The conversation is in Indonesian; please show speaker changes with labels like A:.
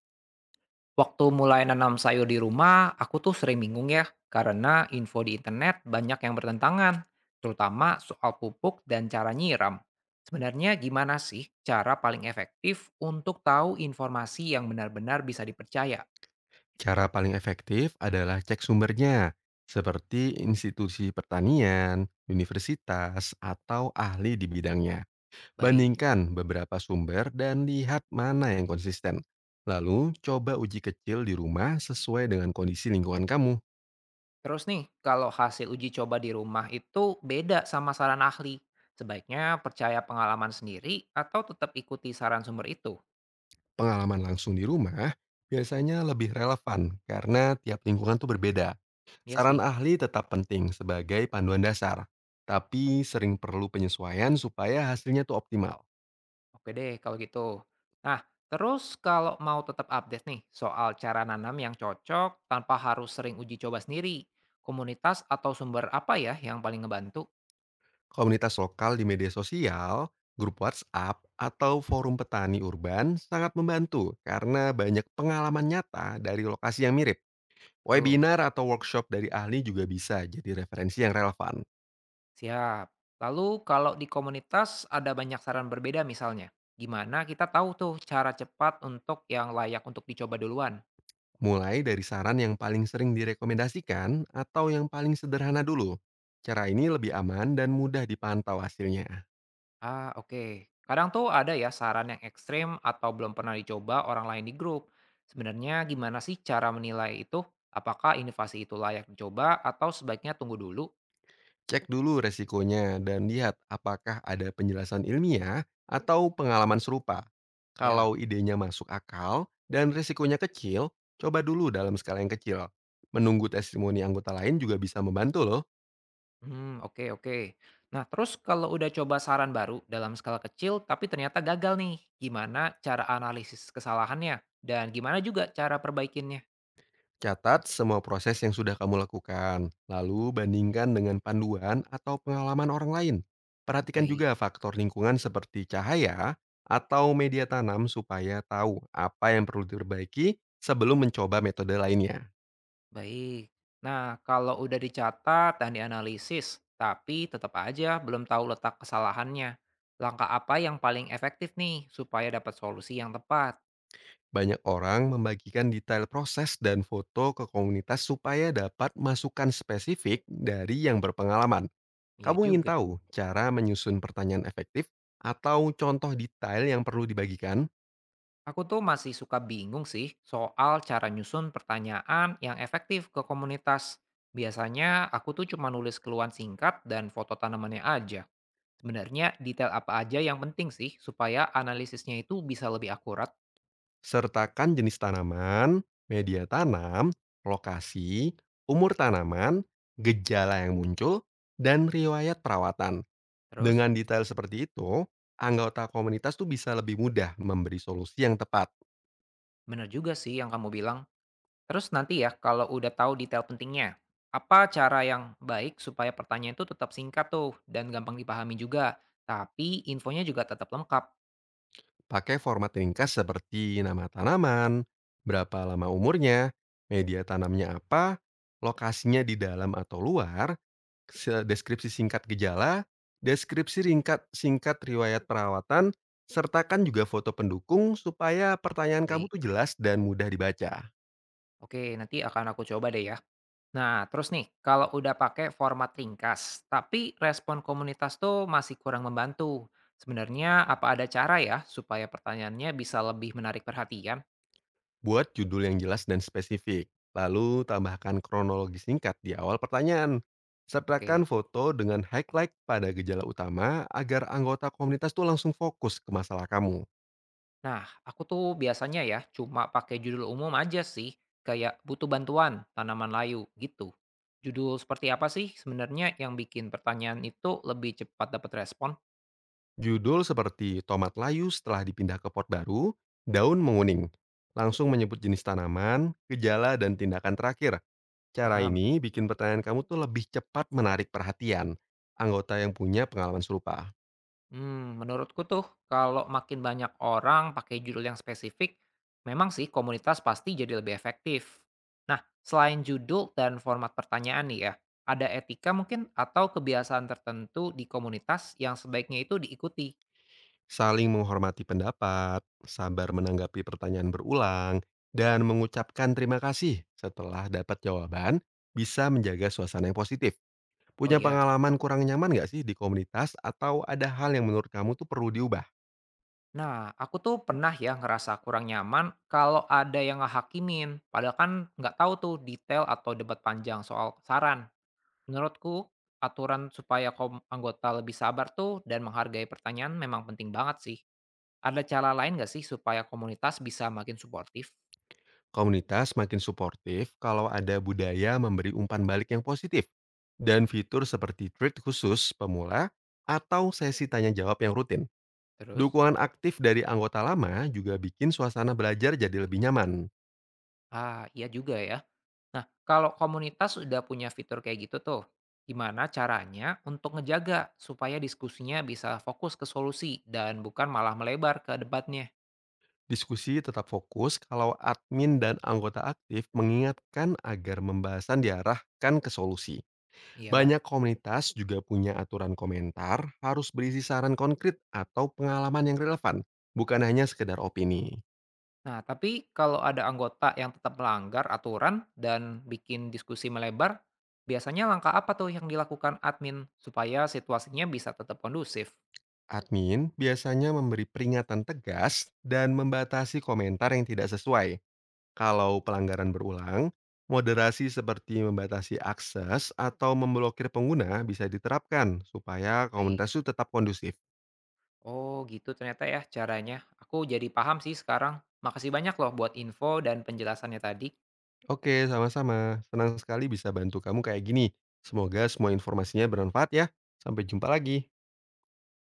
A: Waktu mulai nanam sayur di rumah, aku tuh sering bingung ya, karena info di internet banyak yang bertentangan, terutama soal pupuk dan cara nyiram. Sebenarnya gimana sih cara paling efektif untuk tahu informasi yang benar-benar bisa dipercaya?
B: Cara paling efektif adalah cek sumbernya, seperti institusi pertanian, universitas, atau ahli di bidangnya.
A: Baik.
B: Bandingkan beberapa sumber dan lihat mana yang konsisten. Lalu, coba uji kecil di rumah sesuai dengan kondisi lingkungan kamu.
A: Terus nih, kalau hasil uji coba di rumah itu beda sama saran ahli, sebaiknya percaya pengalaman sendiri atau tetap ikuti saran sumber itu?
B: Pengalaman langsung di rumah biasanya lebih relevan karena tiap lingkungan tuh berbeda.
A: Iya
B: Saran
A: sih.
B: ahli tetap penting sebagai panduan dasar, tapi sering perlu penyesuaian supaya hasilnya tuh optimal.
A: Oke deh kalau gitu. Nah, terus kalau mau tetap update nih soal cara nanam yang cocok tanpa harus sering uji coba sendiri, komunitas atau sumber apa ya yang paling ngebantu?
B: Komunitas lokal di media sosial, grup WhatsApp, atau forum petani urban sangat membantu karena banyak pengalaman nyata dari lokasi yang mirip.
A: Betul,
B: Webinar atau workshop dari ahli juga bisa jadi referensi yang relevan.
A: siap. Lalu kalau di komunitas ada banyak saran berbeda misalnya, gimana kita tahu tuh cara cepat untuk yang layak untuk dicoba duluan?
B: Mulai dari saran yang paling sering direkomendasikan atau yang paling sederhana dulu. Cara ini lebih aman dan mudah dipantau hasilnya.
A: Ah, oke. Kadang tuh ada ya saran yang ekstrem atau belum pernah dicoba orang lain di grup. Sebenarnya gimana sih cara menilai itu? Apakah inovasi itu layak dicoba atau sebaiknya tunggu dulu?
B: Cek dulu resikonya dan lihat apakah ada penjelasan ilmiah atau pengalaman serupa.
A: Ya,
B: Kalau idenya masuk akal dan resikonya kecil, coba dulu dalam skala yang kecil. Menunggu testimoni anggota lain juga bisa membantu loh.
A: oke, oke. Nah, terus kalau udah coba saran baru dalam skala kecil tapi ternyata gagal nih, gimana cara analisis kesalahannya? Dan gimana juga cara perbaikinnya?
B: Catat semua proses yang sudah kamu lakukan, lalu bandingkan dengan panduan atau pengalaman orang lain. Perhatikan
A: Baik.
B: juga faktor lingkungan seperti cahaya atau media tanam supaya tahu apa yang perlu diperbaiki sebelum mencoba metode lainnya.
A: Baik. Nah, kalau udah dicatat dan dianalisis, tapi tetap aja belum tahu letak kesalahannya. Langkah apa yang paling efektif nih supaya dapat solusi yang tepat?
B: Banyak orang membagikan detail proses dan foto ke komunitas supaya dapat masukan spesifik dari yang berpengalaman.
A: Iya
B: Kamu ingin
A: juga.
B: tahu cara menyusun pertanyaan efektif atau contoh detail yang perlu dibagikan?
A: Aku tuh masih suka bingung sih soal cara nyusun pertanyaan yang efektif ke komunitas. Biasanya aku tuh cuma nulis keluhan singkat dan foto tanamannya aja. Sebenarnya detail apa aja yang penting sih supaya analisisnya itu bisa lebih akurat.
B: Sertakan jenis tanaman, media tanam, lokasi, umur tanaman, gejala yang muncul, dan riwayat perawatan.
A: Terus,
B: Dengan detail seperti itu, anggota komunitas tuh bisa lebih mudah memberi solusi yang tepat.
A: bener juga sih yang kamu bilang. Terus nanti ya, kalau udah tahu detail pentingnya, apa cara yang baik supaya pertanyaan itu tetap singkat tuh dan gampang dipahami juga, tapi infonya juga tetap lengkap?
B: Pakai format ringkas seperti nama tanaman, berapa lama umurnya, media tanamnya apa, lokasinya di dalam atau luar, deskripsi singkat gejala, deskripsi singkat riwayat perawatan, sertakan juga foto pendukung supaya pertanyaan kamu
A: Baik.
B: tuh jelas dan mudah dibaca.
A: Oke, nanti akan aku coba deh ya. Nah, terus nih, kalau udah pakai format ringkas, tapi respon komunitas tuh masih kurang membantu. Sebenarnya apa ada cara ya supaya pertanyaannya bisa lebih menarik perhatian?
B: Buat judul yang jelas dan spesifik, lalu tambahkan kronologi singkat di awal pertanyaan. Sertakan
A: Oke.
B: foto dengan highlight pada gejala utama agar anggota komunitas tuh langsung fokus ke masalah kamu.
A: Nah, aku tuh biasanya ya cuma pakai judul umum aja sih, kayak butuh bantuan tanaman layu gitu. Judul seperti apa sih sebenarnya yang bikin pertanyaan itu lebih cepat dapat respon?
B: Judul seperti tomat layu setelah dipindah ke pot baru, daun menguning. Langsung menyebut jenis tanaman, gejala, dan tindakan terakhir. Cara
A: Paham?
B: ini bikin pertanyaan kamu tuh lebih cepat menarik perhatian anggota yang punya pengalaman serupa.
A: Hmm, menurutku tuh kalau makin banyak orang pakai judul yang spesifik, memang sih komunitas pasti jadi lebih efektif. Nah, selain judul dan format pertanyaan nih ya, ada etika mungkin atau kebiasaan tertentu di komunitas yang sebaiknya itu diikuti?
B: Saling menghormati pendapat, sabar menanggapi pertanyaan berulang, dan mengucapkan terima kasih setelah dapat jawaban bisa menjaga suasana yang positif.
A: Oh
B: Punya
A: iya.
B: pengalaman kurang nyaman nggak sih di komunitas atau ada hal yang menurut kamu tuh perlu diubah?
A: Nah, aku tuh pernah ya ngerasa kurang nyaman kalau ada yang ngehakimin, padahal kan nggak tahu tuh detail atau debat panjang soal saran. Menurutku, aturan supaya anggota lebih sabar tuh dan menghargai pertanyaan memang penting banget sih. Ada cara lain nggak sih supaya komunitas bisa makin suportif?
B: Komunitas makin suportif kalau ada budaya memberi umpan balik yang positif dan fitur seperti treat khusus pemula atau sesi tanya jawab yang rutin.
A: Terus?
B: Dukungan aktif dari anggota lama juga bikin suasana belajar jadi lebih nyaman.
A: Ah, iya juga ya. Nah, kalau komunitas sudah punya fitur kayak gitu tuh, gimana caranya untuk ngejaga supaya diskusinya bisa fokus ke solusi dan bukan malah melebar ke debatnya?
B: Diskusi tetap fokus kalau admin dan anggota aktif mengingatkan agar pembahasan diarahkan ke solusi.
A: Iya.
B: Banyak komunitas juga punya aturan komentar harus berisi saran konkret atau pengalaman yang relevan, bukan hanya sekedar opini.
A: Nah, tapi kalau ada anggota yang tetap melanggar aturan dan bikin diskusi melebar, biasanya langkah apa tuh yang dilakukan admin supaya situasinya bisa tetap kondusif?
B: Admin biasanya memberi peringatan tegas dan membatasi komentar yang tidak sesuai. Kalau pelanggaran berulang, moderasi seperti membatasi akses atau memblokir pengguna bisa diterapkan supaya
A: Baik.
B: komunitas itu tetap kondusif.
A: Oh, gitu ternyata ya caranya. Aku jadi paham sih sekarang. Makasih banyak loh buat info dan penjelasannya tadi.
B: Oke, sama-sama. Senang sekali bisa bantu kamu kayak gini. Semoga semua informasinya bermanfaat ya. Sampai jumpa lagi.